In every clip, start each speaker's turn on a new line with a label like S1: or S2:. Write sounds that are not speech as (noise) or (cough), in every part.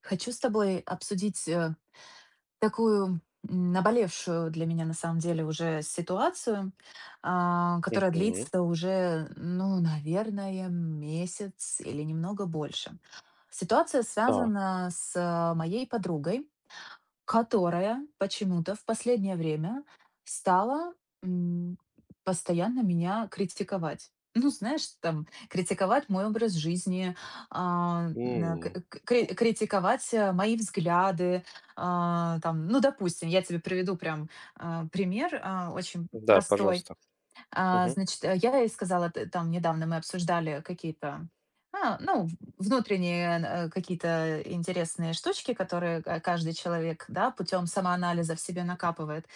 S1: Хочу с тобой обсудить такую наболевшую для меня на самом деле уже ситуацию, которая
S2: Мгм.
S1: длится уже, ну, наверное, месяц или немного больше. Ситуация
S2: Так.
S1: связана с моей подругой, которая почему-то в последнее время стала, м, постоянно меня критиковать. Ну, знаешь, там, критиковать мой образ жизни, а, на к
S2: М.
S1: к кри критиковать, мои взгляды. Там, ну, допустим, я тебе приведу прям, пример, очень
S2: Да,
S1: простой.
S2: пожалуйста. Мгм,
S1: Я ей сказала, т там недавно мы обсуждали какие-то, ну, внутренние, какие-то интересные штучки, которые ка каждый человек, да, путем самоанализа в себе накапывает.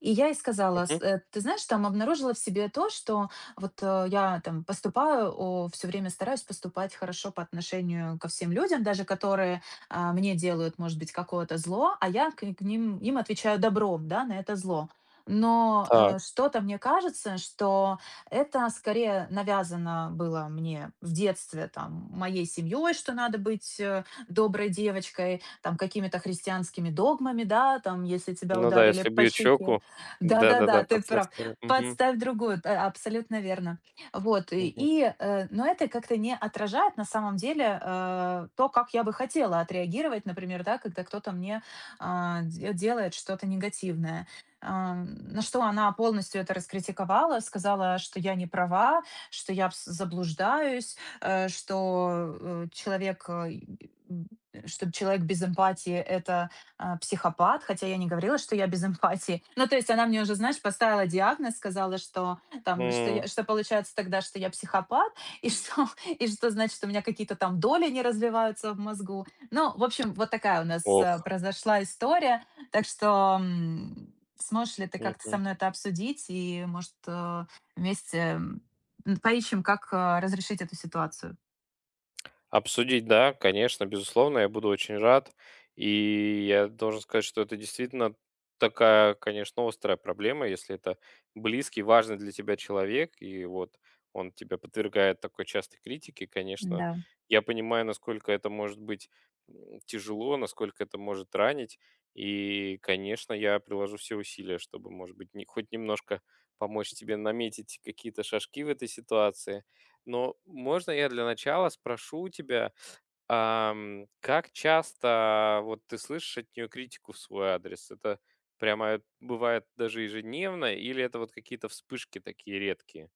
S1: И я ей сказала:
S2: мгм.
S1: Ты знаешь, там обнаружила в себе то, что вот, я там поступаю, все время стараюсь поступать хорошо по отношению ко всем людям, даже которые, мне делают, может быть, какое-то зло, а я к к ним им отвечаю добром, да, на это зло. Но,
S2: Так.
S1: э, что-то мне кажется, что это скорее навязано было мне в детстве, там, моей семьей, что надо быть, доброй девочкой, там, какими-то христианскими догмами, да, там, если тебя
S2: Ну да,
S1: ударили
S2: если
S1: по
S2: бьют
S1: щеке.
S2: щеку. Да-да-да,
S1: Да-да-да, ты
S2: подставь
S1: прав.
S2: вторую. Мгм,
S1: Подставь другую, абсолютно верно. Вот, и
S2: мгм.
S1: и, э, но это как-то не отражает на самом деле, то, как я бы хотела отреагировать, например, да, когда кто-то мне, а, де делает что-то негативное. На что она полностью это раскритиковала, сказала, что я не права, что я заблуждаюсь, э, что э, человек, э, м, что человек без эмпатии — это психопат, хотя я не говорила, что я без эмпатии. Ну, то есть она мне уже, знаешь, поставила диагноз, сказала, что там, что,
S2: М.
S1: я, что получается тогда, что я психопат, и что, (laughs) и что значит, у меня какие-то там доли не развиваются в мозгу. Ну, в общем, вот такая у нас
S2: Ох.
S1: произошла история. Так что сможешь ли ты как-то со
S2: Мгм.
S1: мной это обсудить и, может, вместе, поищем, как, разрешить эту ситуацию?
S2: Обсудить, да, конечно, безусловно, я буду очень рад. И я должен сказать, что это действительно такая, конечно, острая проблема, если это близкий, важный для тебя человек, и вот он тебя подвергает такой частой критике, конечно.
S1: Да.
S2: Я понимаю, насколько это может быть тяжело, насколько это может ранить. И, конечно, я приложу все усилия, чтобы, может быть, хоть немножко помочь тебе наметить какие-то шажки в этой ситуации. Но можно я для начала спрошу у тебя, как часто вот ты слышишь от нее критику в свой адрес? Это прямо бывает даже ежедневно, или это вот какие-то вспышки такие редкие?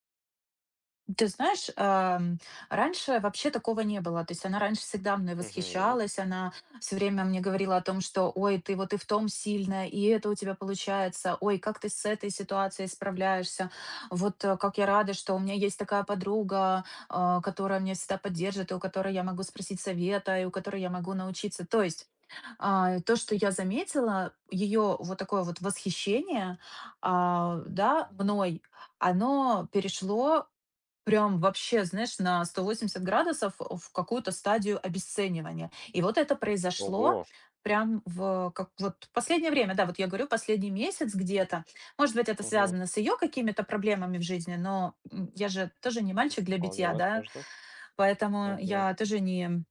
S1: Ты знаешь, раньше вообще такого не было. То есть она раньше всегда мной
S2: Мгм.
S1: восхищалась, она все время мне говорила о том, что: "Ой, ты вот и в том сильная, и это у тебя получается. Ой, как ты с этой ситуацией справляешься. Вот, как я рада, что у меня есть такая подруга, которая меня всегда поддержит, и у которой я могу спросить совета, и у которой я могу научиться". То есть, то, что я заметила, ее вот такое вот восхищение, да,
S2: Ага.
S1: мной, оно перешло прям вообще, знаешь, на 180 градусов в какую-то стадию обесценивания. И вот это произошло
S2: Ого.
S1: прям в как вот последнее время, да, вот я говорю, последний месяц где-то. Может быть, это
S2: Мгм.
S1: связано с ее какими-то проблемами в жизни, но я же тоже не мальчик для
S2: Вполне
S1: битья, да.
S2: возможно.
S1: Поэтому
S2: Мгм.
S1: я тоже не,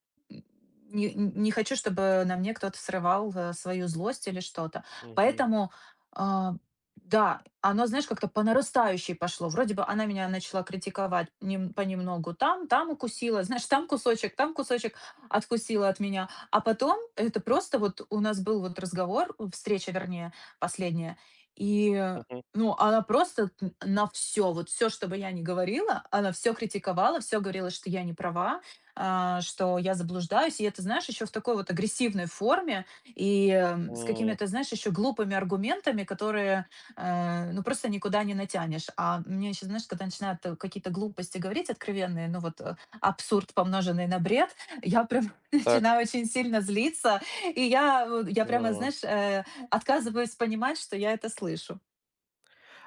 S1: не, не хочу, чтобы на мне кто-то срывал свою злость или что-то.
S2: Мгм.
S1: Поэтому, а, да, оно, знаешь, как-то по нарастающей пошло. Вроде бы она меня начала критиковать понемногу там, там укусила, знаешь, там кусочек откусила от меня. А потом это
S2: Мгм.
S1: просто вот у нас был вот разговор, встреча, вернее, последняя, и
S2: Мгм.
S1: ну, она просто на все, вот все, что бы я ни говорила, она все критиковала, все говорила, что я не права, что я заблуждаюсь. И это, знаешь, еще в такой вот агрессивной форме и с
S2: М.
S1: какими-то, знаешь, еще глупыми аргументами, которые, ну, просто никуда не натянешь. А мне еще, знаешь, когда начинают какие-то глупости говорить откровенные, ну, вот абсурд, помноженный на бред, я прям (laughs)
S2: Так.
S1: начинаю очень сильно злиться, и я прямо,
S2: А.
S1: знаешь, отказываюсь понимать, что я это слышу.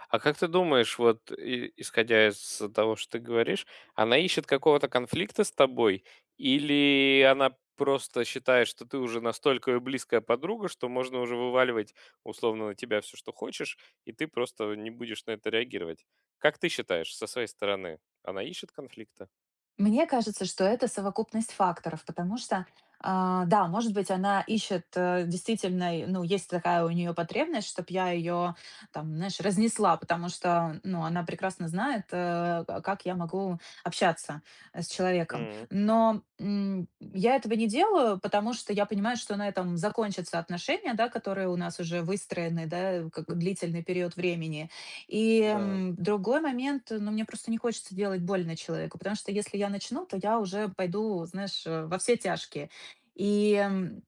S2: А как ты думаешь, вот и исходя из того, что ты говоришь, она ищет какого-то конфликта с тобой или она просто считает, что ты уже настолько её близкая подруга, что можно уже вываливать условно на тебя все, что хочешь, и ты просто не будешь на это реагировать? Как ты считаешь, со своей стороны, она ищет конфликта?
S1: Мне кажется, что это совокупность факторов, потому что, да, может быть, она ищет, действительно, и, ну, есть такая у нее потребность, чтобы я ее, там, знаешь, разнесла, потому что, ну, она прекрасно знает, как я могу общаться с человеком.
S2: М,
S1: Но я этого не делаю, потому что я понимаю, что на этом закончатся отношения, да, которые у нас уже выстроены, да, как длительный период времени. И,
S2: да.
S1: другой момент, ну, мне просто не хочется делать больно человеку, потому что если я начну, то я уже пойду, знаешь, во все тяжкие. И,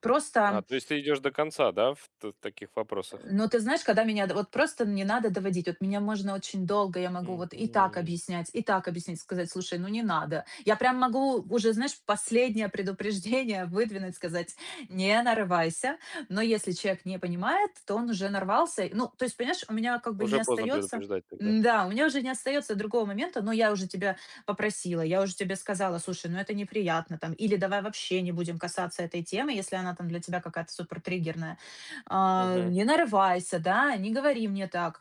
S2: А,
S1: просто
S2: то есть ты идешь до конца, да, в т таких вопросах?
S1: ну, ты знаешь, когда меня д вот просто не надо доводить. Вот меня можно очень долго, я могу вот
S2: Мгм.
S1: и так объяснять, сказать: "Слушай, ну не надо". Я прям могу уже, знаешь, последнее предупреждение (laughs) выдвинуть, сказать: "Не нарывайся". Но если человек не понимает, то он уже нарвался. Ну, то есть, понимаешь, у меня как бы не
S2: Уже поздно
S1: остается
S2: предупреждать тогда.
S1: м-да, у меня уже не остается другого момента. Но я уже тебя попросила, я уже тебе сказала: "Слушай, ну это неприятно", там, или "Давай вообще не будем касаться этой темы, если она там для тебя какая-то супер триггерная"
S2: Мгм.
S1: не нарывайся, да, не говори мне так.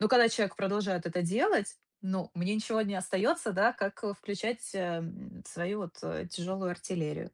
S1: Но когда человек продолжает это делать, ну, мне ничего не остается, да, как включать свою вот тяжелую артиллерию.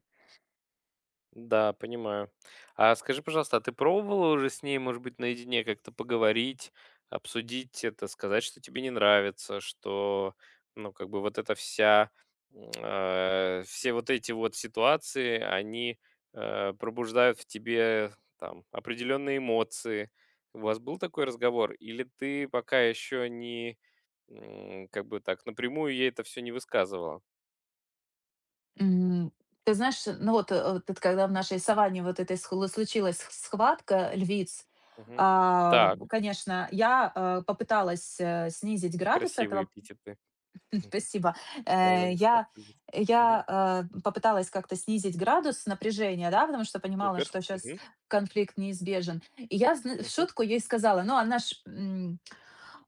S2: Да, понимаю. А скажи, пожалуйста, а ты пробовала уже с ней, может быть, наедине как-то поговорить, обсудить это, сказать, что тебе не нравится, что, ну, как бы вот эта вся, все вот эти вот ситуации, они пробуждают в тебе там определенные эмоции. У вас был такой разговор? Или ты пока еще не, как бы так, напрямую ей это все не высказывала?
S1: М, Ты знаешь, ну вот, вот это когда в нашей саванне вот этой случилась схватка львиц,
S2: Мгм. Так,
S1: конечно, я попыталась снизить градус
S2: красивые
S1: этого.
S2: эпитеты.
S1: Спасибо. Э,
S2: Вставание с того
S1: я
S2: они. Мгм.
S1: я попыталась как-то снизить градус напряжения, да, потому что понимала,
S2: Супер.
S1: что сейчас
S2: Мгм.
S1: конфликт неизбежен. И я зн в
S2: Мгм.
S1: шутку ей сказала, ну, она ж,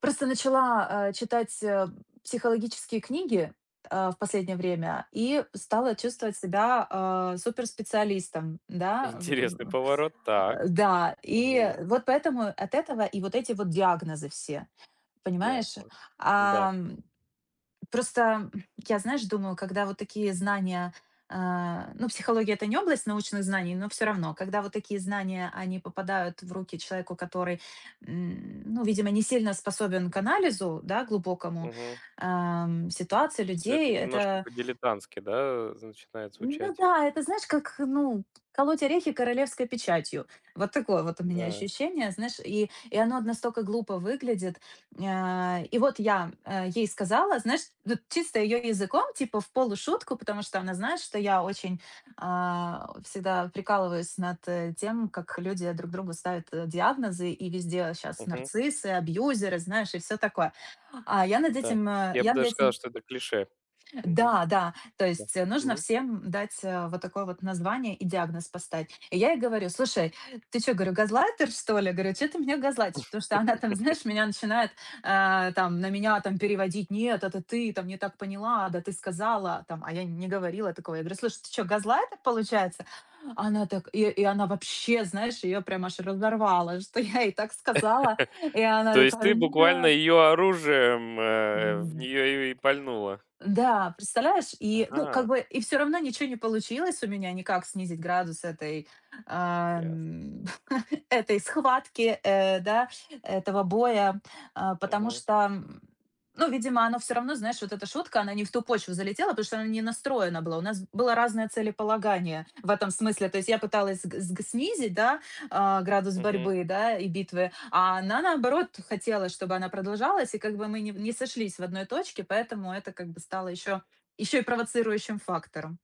S1: просто начала, читать, психологические книги, в последнее время и стала чувствовать себя, суперспециалистом, да,
S2: Интересный поворот. Так.
S1: да. И
S2: Мгм.
S1: вот поэтому от этого и вот эти вот диагнозы все, понимаешь?
S2: Ясно. Да.
S1: Просто я, знаешь, думаю, когда вот такие знания, ну, психология — это не область научных знаний, но все равно, когда вот такие знания, они попадают в руки человеку, который, ну, видимо, не сильно способен к анализу, да, глубокому,
S2: Мгм.
S1: ситуации,
S2: Всё это
S1: людей,
S2: немножко
S1: это
S2: по-дилетантски, да, начинает
S1: ну
S2: звучать.
S1: да, это знаешь, как, ну, колоть орехи королевской печатью. Вот такое вот у меня
S2: Да.
S1: ощущение, знаешь, и оно настолько глупо выглядит. И вот я ей сказала, знаешь, вот чисто ее языком, типа в полушутку, потому что она знает, что я очень всегда прикалываюсь над тем, как люди друг другу ставят диагнозы, и везде сейчас
S2: Мгм.
S1: нарциссы, абьюзеры, знаешь, и все такое.
S2: Да. Я бы
S1: Я над
S2: даже сказал,
S1: этим
S2: что это клише. Мгм.
S1: да, да, то
S2: Да.
S1: есть, нужно
S2: Мгм.
S1: всем дать, вот такое вот название и диагноз поставить. И я ей говорю: "Слушай, ты чё, — говорю, — газлайтер, что ли?" Говорю: "Чё ты меня газлайтишь?" Потому что она там, (laughs) знаешь, меня начинает, там, на меня там переводить: "Нет, это ты там не так поняла, да ты сказала там, а я не говорила такого". Я говорю: "Слушай, ты чё, газлайтер получается?" Она так она вообще, знаешь, её прям аж разорвала, (laughs) что я ей так сказала, и она
S2: То есть ты
S1: такая:
S2: буквально ее оружием, в
S1: "Нет".
S2: нее и пальнула?
S1: Да, представляешь? И, ну, как
S2: Ага,
S1: бы, и все равно ничего не получилось у меня никак снизить градус этой,
S2: ясно.
S1: ам, (laughs) этой схватки, да, этого боя, потому что, ну, видимо, оно все равно, знаешь, вот эта шутка, она не в ту почву залетела, потому что она не настроена была. У нас было разное целеполагание в этом смысле. То есть я пыталась сг сг снизить, да, градус
S2: Мгм.
S1: борьбы, да, и битвы, а она, наоборот, хотела, чтобы она продолжалась, и как бы мы не сошлись в одной точке, поэтому это как бы стало еще и провоцирующим фактором.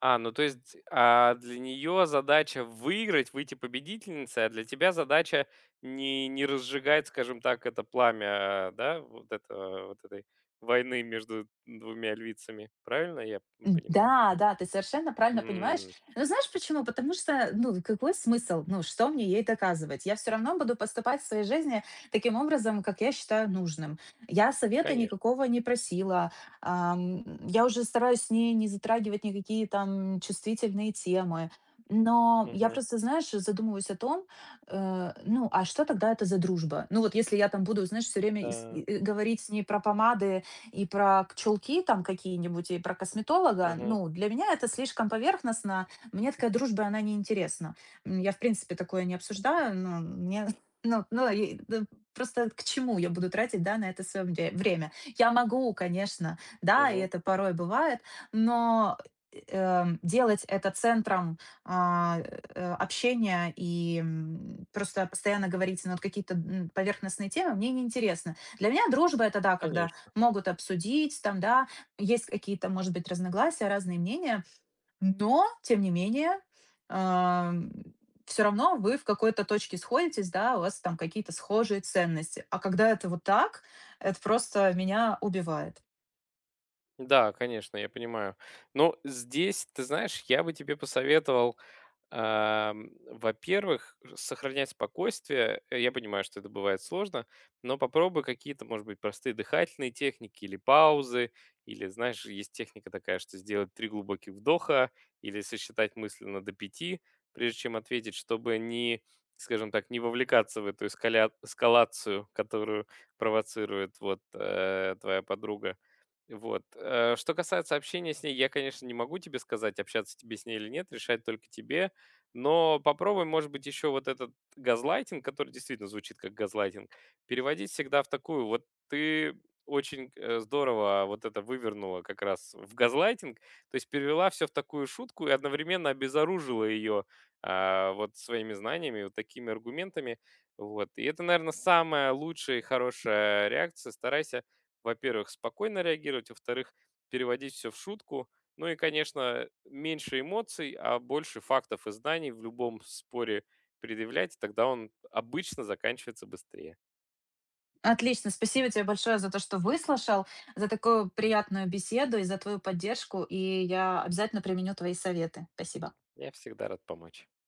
S2: А, ну то есть, для нее задача выиграть, выйти победительницей, а для тебя задача не разжигать, скажем так, это пламя, да, вот это вот этой войны между двумя львицами. Правильно я понимаю?
S1: Да, да, ты совершенно правильно понимаешь.
S2: М,
S1: Но знаешь почему? Потому что, ну, какой смысл? Ну, что мне ей доказывать? Я все равно буду поступать в своей жизни таким образом, как я считаю нужным. Я совета
S2: конечно.
S1: никакого не просила. Я уже стараюсь с ней не затрагивать никакие там чувствительные темы. Но я
S2: Мгм.
S1: просто, знаешь, задумываюсь о том, ну, а что тогда это за дружба? Ну, вот если я там буду, знаешь, все время
S2: Да.
S1: и говорить с ней про помады, и про пчелки там какие-нибудь, и про косметолога,
S2: Мгм.
S1: ну, для меня это слишком поверхностно. Мне такая дружба, она неинтересна. Я, в принципе, такое не обсуждаю, но мне... (laughs) Ну, ну, и, да, просто к чему я буду тратить, да, на это свое время? Я могу, конечно, да, и
S2: Мгм.
S1: это порой бывает, но делать это центром общения и просто постоянно говорить на вот какие-то поверхностные темы, мне неинтересно. Для меня дружба — это да, когда
S2: Конечно.
S1: могут обсудить там, да, есть какие-то, может быть, разногласия, разные мнения, но, тем не менее, все равно вы в какой-то точке сходитесь, да, у вас там какие-то схожие ценности. А когда это вот так, это просто меня убивает.
S2: Да, конечно, я понимаю. Но здесь, ты знаешь, я бы тебе посоветовал. Во-первых, сохранять спокойствие. Я понимаю, что это бывает сложно, но попробуй какие-то, может быть, простые дыхательные техники или паузы, или, знаешь, есть техника такая, что сделать три глубоких вдоха или сосчитать мысленно до пяти, прежде чем ответить, чтобы не, скажем так, не вовлекаться в эту эскалацию, которую провоцирует вот твоя подруга. Вот. Что касается общения с ней, я, конечно, не могу тебе сказать, общаться тебе с ней или нет, решать только тебе. Но попробуй, может быть, еще вот этот газлайтинг, который действительно звучит как газлайтинг, переводить всегда в такую. Вот ты очень здорово вот это вывернула как раз в газлайтинг, то есть перевела все в такую шутку и одновременно обезоружила ее вот своими знаниями, вот такими аргументами. Вот. И это, наверное, самая лучшая и хорошая реакция. Старайся, во-первых, спокойно реагировать, во-вторых, переводить все в шутку. Ну и, конечно, меньше эмоций, а больше фактов и знаний в любом споре предъявлять, тогда он обычно заканчивается быстрее.
S1: Отлично, спасибо тебе большое за то, что выслушал, за такую приятную беседу и за твою поддержку, и я обязательно применю твои советы. Спасибо.
S2: Я всегда рад помочь.